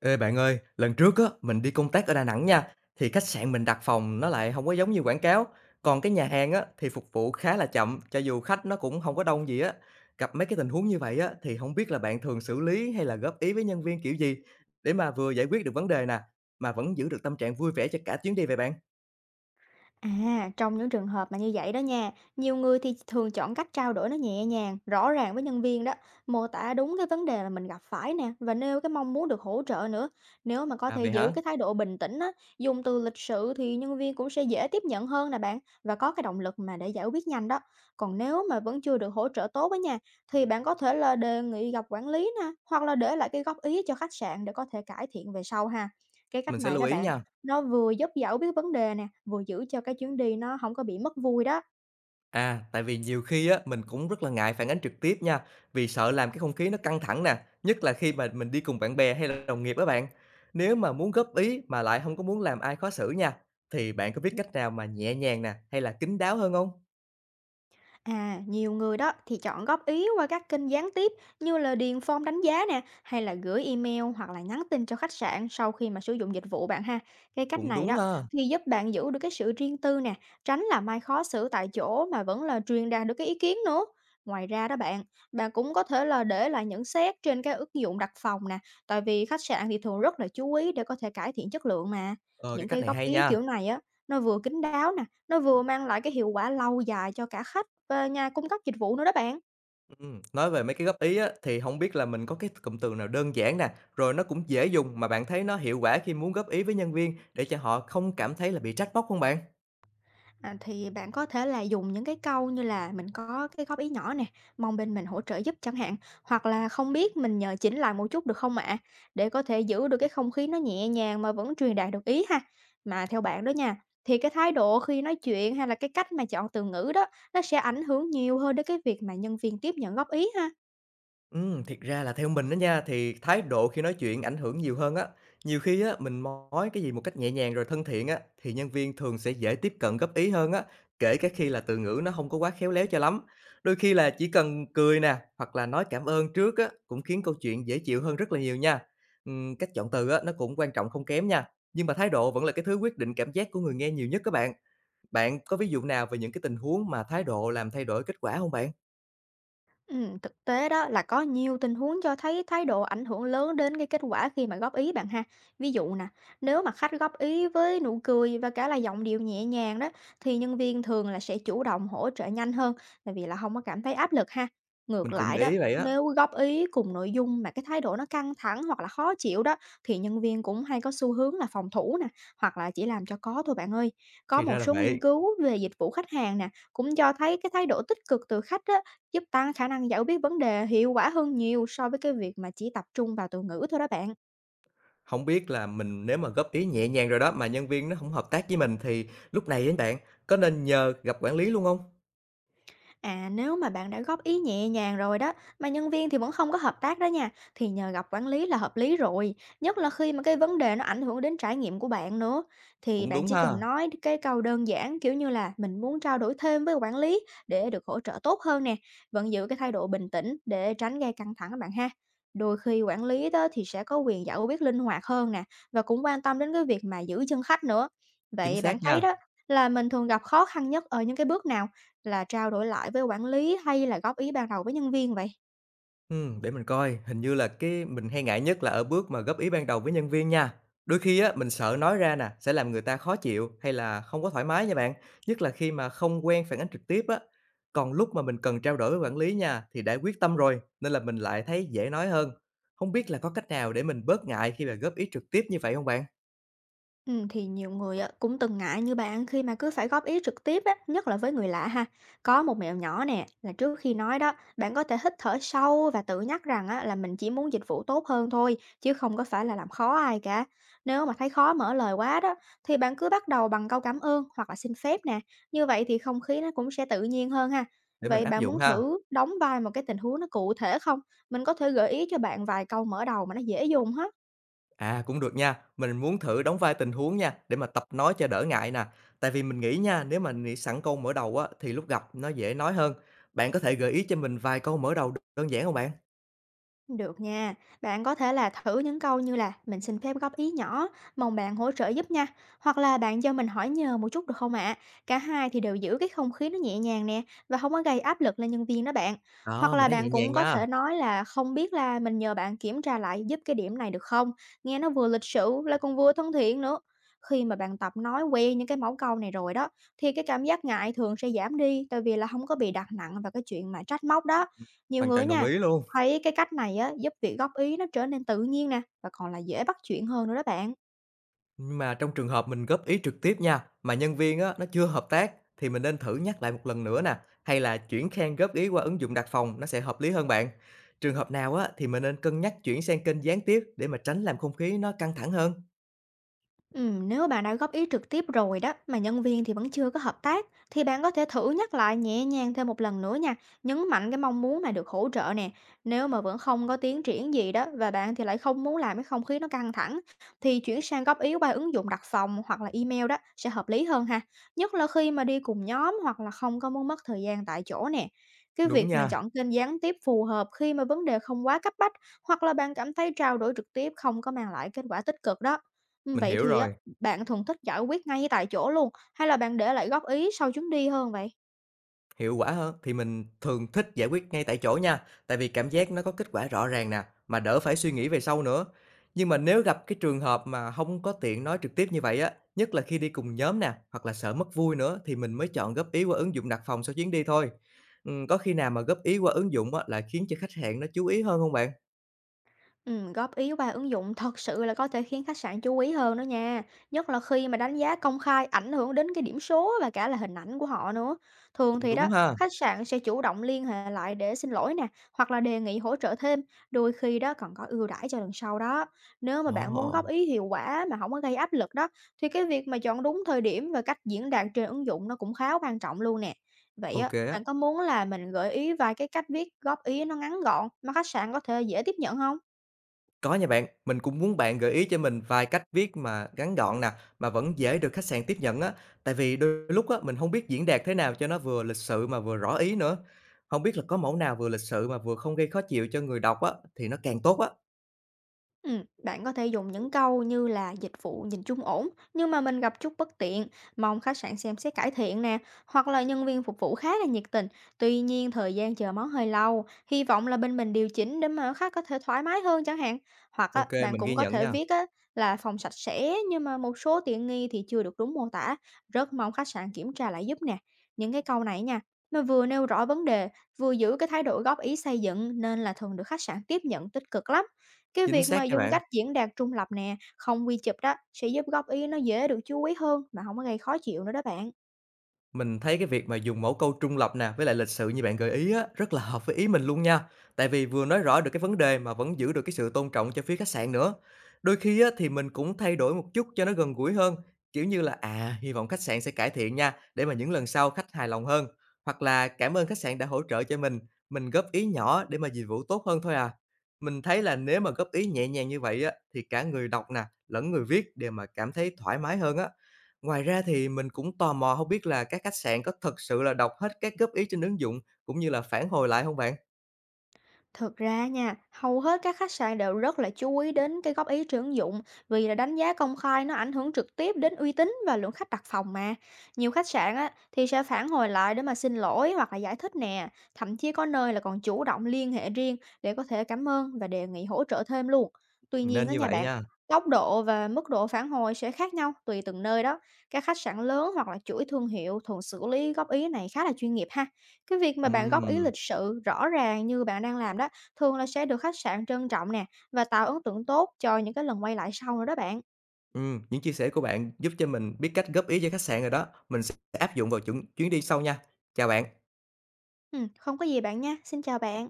Ê bạn ơi, lần trước á mình đi công tác ở Đà Nẵng nha, thì khách sạn mình đặt phòng nó lại không có giống như quảng cáo, còn cái nhà hàng á thì phục vụ khá là chậm, cho dù khách nó cũng không có đông gì á. Gặp mấy cái tình huống như vậy á thì không biết là bạn thường xử lý hay là góp ý với nhân viên kiểu gì để mà vừa giải quyết được vấn đề nè, mà vẫn giữ được tâm trạng vui vẻ cho cả chuyến đi vậy bạn? À, trong những trường hợp mà như vậy đó nha, nhiều người thì thường chọn cách trao đổi nó nhẹ nhàng, rõ ràng với nhân viên đó, mô tả đúng cái vấn đề mà mình gặp phải nè và nêu cái mong muốn được hỗ trợ nữa. Nếu mà có À thể vậy giữ hả? cái thái độ bình tĩnh á, dùng từ lịch sự thì nhân viên cũng sẽ dễ tiếp nhận hơn nè bạn, và có cái động lực mà để giải quyết nhanh đó. Còn nếu mà vẫn chưa được hỗ trợ tốt á nha, thì bạn có thể là đề nghị gặp quản lý nè, hoặc là để lại cái góp ý cho khách sạn để có thể cải thiện về sau ha. Cái cách Mình sẽ này lưu đó ý bạn, nha. nó vừa giúp dẫu biết vấn đề nè, vừa giữ cho cái chuyến đi nó không có bị mất vui đó. À, tại vì nhiều khi á, mình cũng rất là ngại phản ánh trực tiếp nha, vì sợ làm cái không khí nó căng thẳng nè, nhất là khi mà mình đi cùng bạn bè hay là đồng nghiệp đó bạn. Nếu mà muốn góp ý mà lại không có muốn làm ai khó xử nha, thì bạn có biết cách nào mà nhẹ nhàng nè, hay là kín đáo hơn không? À, nhiều người đó thì chọn góp ý qua các kênh gián tiếp, như là điền form đánh giá nè, hay là gửi email hoặc là nhắn tin cho khách sạn sau khi mà sử dụng dịch vụ bạn ha. Cái cách Cũng này đúng đó ha. thì giúp bạn giữ được cái sự riêng tư nè, tránh là mai khó xử tại chỗ mà vẫn là truyền đạt được cái ý kiến nữa. Ngoài ra đó bạn, bạn cũng có thể là để lại nhận xét trên cái ứng dụng đặt phòng nè, tại vì khách sạn thì thường rất là chú ý để có thể cải thiện chất lượng mà. Ờ, cái Những cách cái này góp hay ý nha. kiểu này á, nó vừa kín đáo nè, nó vừa mang lại cái hiệu quả lâu dài cho cả khách và nhà cung cấp dịch vụ nữa đó bạn. Nói về mấy cái góp ý á, thì không biết là mình có cái cụm từ nào đơn giản nè, rồi nó cũng dễ dùng mà bạn thấy nó hiệu quả khi muốn góp ý với nhân viên để cho họ không cảm thấy là bị trách móc không bạn? À, thì bạn có thể là dùng những cái câu như là mình có cái góp ý nhỏ nè, mong bên mình hỗ trợ giúp chẳng hạn, hoặc là không biết mình nhờ chỉnh lại một chút được không ạ? Để có thể giữ được cái không khí nó nhẹ nhàng mà vẫn truyền đạt được ý ha. Mà theo bạn đó nha, thì cái thái độ khi nói chuyện hay là cái cách mà chọn từ ngữ đó, nó sẽ ảnh hưởng nhiều hơn đến cái việc mà nhân viên tiếp nhận góp ý ha. Thiệt ra là theo mình đó nha, thì thái độ khi nói chuyện ảnh hưởng nhiều hơn á. Nhiều khi á, mình nói cái gì một cách nhẹ nhàng rồi thân thiện á, thì nhân viên thường sẽ dễ tiếp cận góp ý hơn á, kể cả khi là từ ngữ nó không có quá khéo léo cho lắm. Đôi khi là chỉ cần cười nè, hoặc là nói cảm ơn trước á, cũng khiến câu chuyện dễ chịu hơn rất là nhiều nha. Cách chọn từ á, nó cũng quan trọng không kém nha, nhưng mà thái độ vẫn là cái thứ quyết định cảm giác của người nghe nhiều nhất các bạn. Bạn có ví dụ nào về những cái tình huống mà thái độ làm thay đổi kết quả không bạn? Thực tế đó là có nhiều tình huống cho thấy thái độ ảnh hưởng lớn đến cái kết quả khi mà góp ý bạn ha. Ví dụ nè, nếu mà khách góp ý với nụ cười và cả là giọng điệu nhẹ nhàng đó, thì nhân viên thường là sẽ chủ động hỗ trợ nhanh hơn, tại vì là không có cảm thấy áp lực ha. Mình Ngược cũng lại để đó, ý vậy á. nếu góp ý cùng nội dung mà cái thái độ nó căng thẳng hoặc là khó chịu đó, thì nhân viên cũng hay có xu hướng là phòng thủ nè, hoặc là chỉ làm cho có thôi bạn ơi. Có Thì ra một là số nghiên vậy. cứu về dịch vụ khách hàng nè cũng cho thấy cái thái độ tích cực từ khách á, giúp tăng khả năng giải quyết vấn đề hiệu quả hơn nhiều so với cái việc mà chỉ tập trung vào từ ngữ thôi đó bạn. Hổng biết là mình nếu mà góp ý nhẹ nhàng rồi đó, mà nhân viên nó không hợp tác với mình thì lúc này á bạn, có nên nhờ gặp quản lý luôn không? À, nếu mà bạn đã góp ý nhẹ nhàng rồi đó, mà nhân viên thì vẫn không có hợp tác đó nha, thì nhờ gặp quản lý là hợp lý rồi, nhất là khi mà cái vấn đề nó ảnh hưởng đến trải nghiệm của bạn nữa. Thì Cũng bạn đúng chỉ ha, cần nói cái câu đơn giản kiểu như là mình muốn trao đổi thêm với quản lý để được hỗ trợ tốt hơn nè, vẫn giữ cái thái độ bình tĩnh để tránh gây căng thẳng các bạn ha. Đôi khi quản lý đó thì sẽ có quyền giải quyết linh hoạt hơn nè, và cũng quan tâm đến cái việc mà giữ chân khách nữa. chính Vậy xác bạn thấy nha. đó, là mình thường gặp khó khăn nhất ở những cái bước nào? Là trao đổi lại với quản lý hay là góp ý ban đầu với nhân viên vậy? Để mình coi, hình như là cái mình hay ngại nhất là ở bước mà góp ý ban đầu với nhân viên nha. Đôi khi á, mình sợ nói ra nè, sẽ làm người ta khó chịu hay là không có thoải mái nha bạn, nhất là khi mà không quen phản ánh trực tiếp á. Còn lúc mà mình cần trao đổi với quản lý nha, thì đã quyết tâm rồi, nên là mình lại thấy dễ nói hơn. Không biết là có cách nào để mình bớt ngại khi mà góp ý trực tiếp như vậy không bạn? Thì nhiều người á, cũng từng ngại như bạn khi mà cứ phải góp ý trực tiếp á, nhất là với người lạ ha. Có một mẹo nhỏ nè, là trước khi nói đó, bạn có thể hít thở sâu và tự nhắc rằng á, là mình chỉ muốn dịch vụ tốt hơn thôi, chứ không có phải là làm khó ai cả. Nếu mà thấy khó mở lời quá đó, thì bạn cứ bắt đầu bằng câu cảm ơn hoặc là xin phép nè. Như vậy thì không khí nó cũng sẽ tự nhiên hơn ha. Để mình Vậy áp bạn dụng muốn ha. thử đóng vai một cái tình huống nó cụ thể không? Mình có thể gợi ý cho bạn vài câu mở đầu mà nó dễ dùng ha. À, cũng được nha, mình muốn thử đóng vai tình huống nha, để mà tập nói cho đỡ ngại nè. Tại vì mình nghĩ nha, nếu mà nghĩ sẵn câu mở đầu á, thì lúc gặp nó dễ nói hơn. Bạn có thể gợi ý cho mình vài câu mở đầu đơn giản không bạn? Được nha, bạn có thể là thử những câu như là mình xin phép góp ý nhỏ, mong bạn hỗ trợ giúp nha, hoặc là bạn cho mình hỏi nhờ một chút được không ạ? Cả hai thì đều giữ cái không khí nó nhẹ nhàng nè, và không có gây áp lực lên nhân viên đó bạn. Hoặc Ờ, mình là thấy nhẹ bạn nhàng cũng có nha, thể nói là không biết là mình nhờ bạn kiểm tra lại giúp cái điểm này được không? Nghe nó vừa lịch sự lại còn vừa thân thiện nữa. Khi mà bạn tập nói quen những cái mẫu câu này rồi đó, thì cái cảm giác ngại thường sẽ giảm đi, tại vì là không có bị đặt nặng vào cái chuyện mà trách móc đó. Nhiều hoàn người toàn đồng nha, ý luôn. thấy cái cách này á, giúp việc góp ý nó trở nên tự nhiên nè, và còn là dễ bắt chuyện hơn nữa đó bạn. Nhưng mà trong trường hợp mình góp ý trực tiếp nha, mà nhân viên á, nó chưa hợp tác, thì mình nên thử nhắc lại một lần nữa nè, hay là chuyển khen góp ý qua ứng dụng đặt phòng nó sẽ hợp lý hơn bạn? Trường hợp nào á, thì mình nên cân nhắc chuyển sang kênh gián tiếp để mà tránh làm không khí nó căng thẳng hơn? Nếu bạn đã góp ý trực tiếp rồi đó mà nhân viên thì vẫn chưa có hợp tác, thì bạn có thể thử nhắc lại nhẹ nhàng thêm một lần nữa nha, nhấn mạnh cái mong muốn mà được hỗ trợ nè. Nếu mà vẫn không có tiến triển gì đó, và bạn thì lại không muốn làm cái không khí nó căng thẳng, thì chuyển sang góp ý qua ứng dụng đặt phòng hoặc là email đó sẽ hợp lý hơn ha. Nhất là khi mà đi cùng nhóm hoặc là không có muốn mất thời gian tại chỗ nè. Cái Đúng việc mà nha. chọn kênh gián tiếp phù hợp khi mà vấn đề không quá cấp bách, hoặc là bạn cảm thấy trao đổi trực tiếp không có mang lại kết quả tích cực đó. Mình Vậy hiểu thì á, rồi, bạn thường thích giải quyết ngay tại chỗ luôn, hay là bạn để lại góp ý sau chuyến đi hơn vậy? hiệu quả hơn thì mình thường thích giải quyết ngay tại chỗ nha, tại vì cảm giác nó có kết quả rõ ràng nè, mà đỡ phải suy nghĩ về sau nữa. Nhưng mà nếu gặp cái trường hợp mà không có tiện nói trực tiếp như vậy á, nhất là khi đi cùng nhóm nè, hoặc là sợ mất vui nữa thì mình mới chọn góp ý qua ứng dụng đặt phòng sau chuyến đi thôi. Có khi nào mà góp ý qua ứng dụng á, lại khiến cho khách hàng nó chú ý hơn không bạn? Góp ý qua ứng dụng thật sự là có thể khiến khách sạn chú ý hơn đó nha. Nhất là khi mà đánh giá công khai ảnh hưởng đến cái điểm số và cả là hình ảnh của họ nữa. Thường Cũng thì đúng đó, ha. khách sạn sẽ chủ động liên hệ lại để xin lỗi nè, hoặc là đề nghị hỗ trợ thêm, đôi khi đó còn có ưu đãi cho lần sau đó. Nếu mà bạn muốn Ồ, góp ý hiệu quả mà không có gây áp lực đó, thì cái việc mà chọn đúng thời điểm và cách diễn đạt trên ứng dụng nó cũng khá quan trọng luôn nè. Vậy ô á, á. bạn có muốn là mình gợi ý vài cái cách viết góp ý nó ngắn gọn mà khách sạn có thể dễ tiếp nhận không? Có nha bạn, mình cũng muốn bạn gợi ý cho mình vài cách viết mà ngắn gọn nè, mà vẫn dễ được khách sạn tiếp nhận á. Tại vì đôi lúc á, mình không biết diễn đạt thế nào cho nó vừa lịch sự mà vừa rõ ý nữa. Không biết là có mẫu nào vừa lịch sự mà vừa không gây khó chịu cho người đọc á, thì nó càng tốt á. Bạn có thể dùng những câu như là dịch vụ nhìn chung ổn, nhưng mà mình gặp chút bất tiện, mong khách sạn xem xét cải thiện nè, hoặc là nhân viên phục vụ khá là nhiệt tình, tuy nhiên thời gian chờ món hơi lâu, hy vọng là bên mình điều chỉnh để mà khách có thể thoải mái hơn chẳng hạn. Hoặc á, Ok bạn mình cũng ghi có nhận thể nha. viết á, là phòng sạch sẽ nhưng mà một số tiện nghi thì chưa được đúng mô tả, rất mong khách sạn kiểm tra lại giúp nè. Những cái câu này nha, nó vừa nêu rõ vấn đề, vừa giữ cái thái độ góp ý xây dựng, nên là thường được khách sạn tiếp nhận tích cực lắm. Cái Chính việc xác mà nha dùng bạn. cách diễn đạt trung lập nè, không quy chụp đó, sẽ giúp góp ý nó dễ được chú ý hơn mà không có gây khó chịu nữa đó bạn. Mình thấy cái việc mà dùng mẫu câu trung lập nè, với lại lịch sự như bạn gợi ý á, rất là hợp với ý mình luôn nha. Tại vì vừa nói rõ được cái vấn đề mà vẫn giữ được cái sự tôn trọng cho phía khách sạn nữa. Đôi khi á, thì mình cũng thay đổi một chút cho nó gần gũi hơn. Kiểu như là, à, hy vọng khách sạn sẽ cải thiện nha, để mà những lần sau khách hài lòng hơn. Hoặc là cảm ơn khách sạn đã hỗ trợ cho mình góp ý nhỏ để mà dịch vụ tốt hơn thôi à. Mình thấy là nếu mà góp ý nhẹ nhàng như vậy á, thì cả người đọc nè, lẫn người viết đều mà cảm thấy thoải mái hơn á. Ngoài ra thì mình cũng tò mò không biết là các khách sạn có thật sự là đọc hết các góp ý trên ứng dụng, cũng như là phản hồi lại không bạn? Thực ra nha, hầu hết các khách sạn đều rất là chú ý đến cái góp ý tuyển dụng, vì là đánh giá công khai nó ảnh hưởng trực tiếp đến uy tín và lượng khách đặt phòng mà. Nhiều khách sạn á, thì sẽ phản hồi lại để mà xin lỗi hoặc là giải thích nè, thậm chí có nơi là còn chủ động liên hệ riêng để có thể cảm ơn và đề nghị hỗ trợ thêm luôn. Tuy nhiên Nên á như nha vậy bạn, nha. tốc độ và mức độ phản hồi sẽ khác nhau tùy từng nơi đó. Các khách sạn lớn hoặc là chuỗi thương hiệu thường xử lý góp ý này khá là chuyên nghiệp ha. Cái việc mà bạn góp ý Ừm, lịch sự rõ ràng như bạn đang làm đó, thường là sẽ được khách sạn trân trọng nè, và tạo ấn tượng tốt cho những cái lần quay lại sau nữa đó bạn. ừm, những chia sẻ của bạn giúp cho mình biết cách góp ý cho khách sạn rồi đó, mình sẽ áp dụng vào chuẩn chuyến đi sau nha. Chào bạn. Không có gì bạn nha. Xin chào bạn.